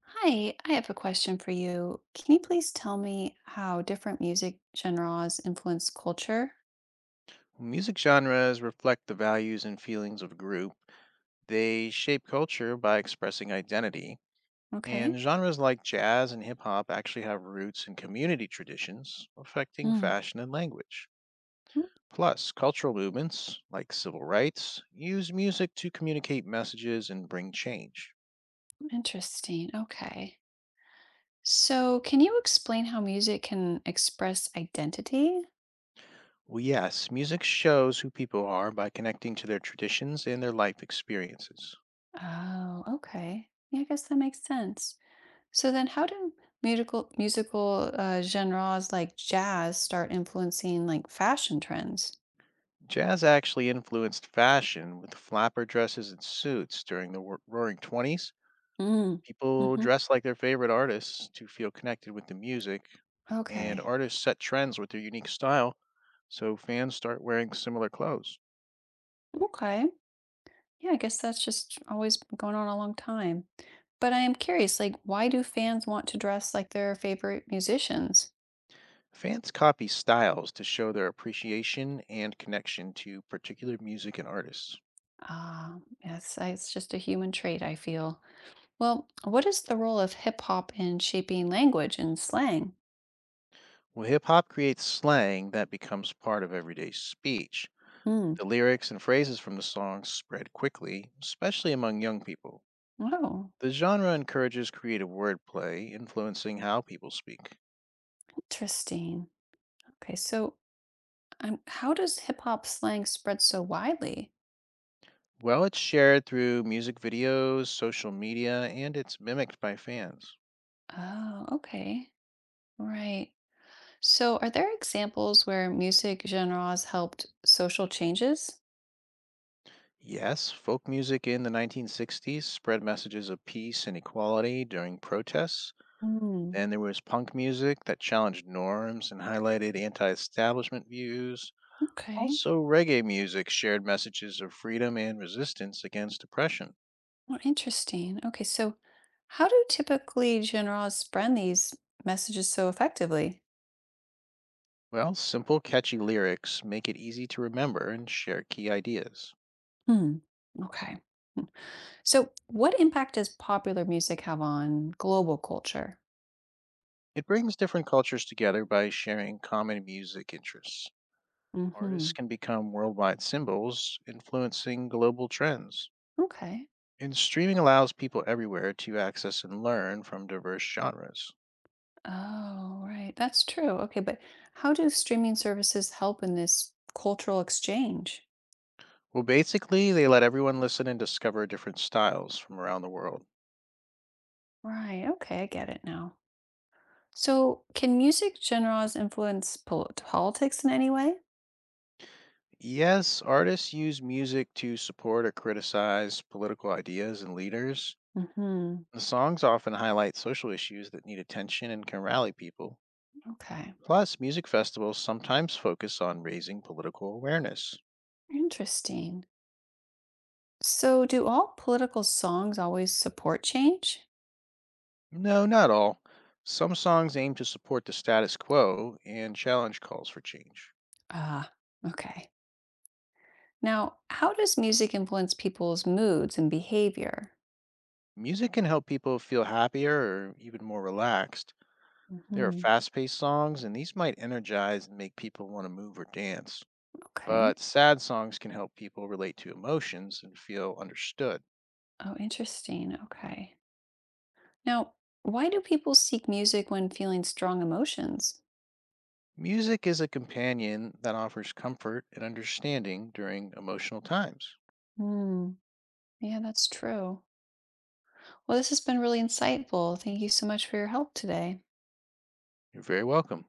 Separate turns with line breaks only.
Hi, I have a question for you. Can you please tell me how different music genres influence culture?
Music genres reflect the values and feelings of a group. They shape culture by expressing identity. And
Okay.
genres like jazz and hip hop actually have roots in community traditions, affecting
Mm.
fashion and language.
Mm,
Plus, cultural movements, like civil rights, use music to communicate messages and bring change.
interesting. Okay. So, can you explain how music can express identity?
Well, yes, music shows who people are by connecting to their traditions and their life experiences.
Oh, okay. Yeah, I guess that makes sense. So then how do musical musical genres like jazz start influencing like fashion trends?
Jazz actually influenced fashion with flapper dresses and suits during the Roaring 20s.
Mm.
People
Hmm.
dressed like their favorite artists to feel connected with the music, and
Okay.
artists set trends with their unique style, so fans start wearing similar clothes.
Okay. Yeah, I guess that's just always been going on a long time. But I am curious, like, why do fans want to dress like their favorite musicians?
Fans copy styles to show their appreciation and connection to particular music and artists.
Uh, yes, I- it's just a human trait, I feel. Well, what is the role of hip hop in shaping language and slang?
Well, hip hop creates slang that becomes part of everyday speech.
Hmm.
The lyrics and phrases from the songs spread quickly, especially among young people.
Oh,
The genre encourages creative wordplay, influencing how people speak.
interesting. Okay, so how does hip hop slang spread so widely?
Well, it's shared through music videos, social media, and it's mimicked by fans.
Oh, okay. Right. So, are there examples where music genres helped social changes?
Yes, folk music in the 1960s spread messages of peace and equality during protests.
Hmm.
Then there was punk music that challenged norms and highlighted anti establishment views.
Okay.
Also, reggae music shared messages of freedom and resistance against oppression.
Well, interesting. Okay, so how do typically generals brand these messages so effectively?
Well, simple, catchy lyrics make it easy to remember and share key ideas.
Hmm. Okay. So, what impact does popular music have on global culture?
It brings different cultures together by sharing common music interests.
Hmm.
Artists can become worldwide symbols, influencing global trends.
Okay.
And streaming allows people everywhere to access and learn from diverse genres.
Oh, right. That's true. Okay, but how do streaming services help in this cultural exchange?
Well, basically, they let everyone listen and discover different styles from around the world.
Right. Okay, I get it now. So, can music genres influence pol- politics in any way?
Yes, artists use music to support or criticize political ideas and leaders.
Hmm.
The songs often highlight social issues that need attention and can rally people.
Okay.
Plus, music festivals sometimes focus on raising political awareness.
Interesting. So, do all political songs always support change?
No, not all. Some songs aim to support the status quo and challenge calls for change.
Ah, okay. Now, how does music influence people's moods and behavior?
Music can help people feel happier or even more relaxed. There are
Hmm.
fast paced songs, and these might energize and make people want to move or dance.
Okay.
But sad songs can help people relate to emotions and feel understood.
Oh, interesting. Okay. Now, why do people seek music when feeling strong emotions?
Music is a companion that offers comfort and understanding during emotional times.
Hmm. Yeah, that's true. Well, this has been really insightful. Thank you so much for your help today.
You're very welcome.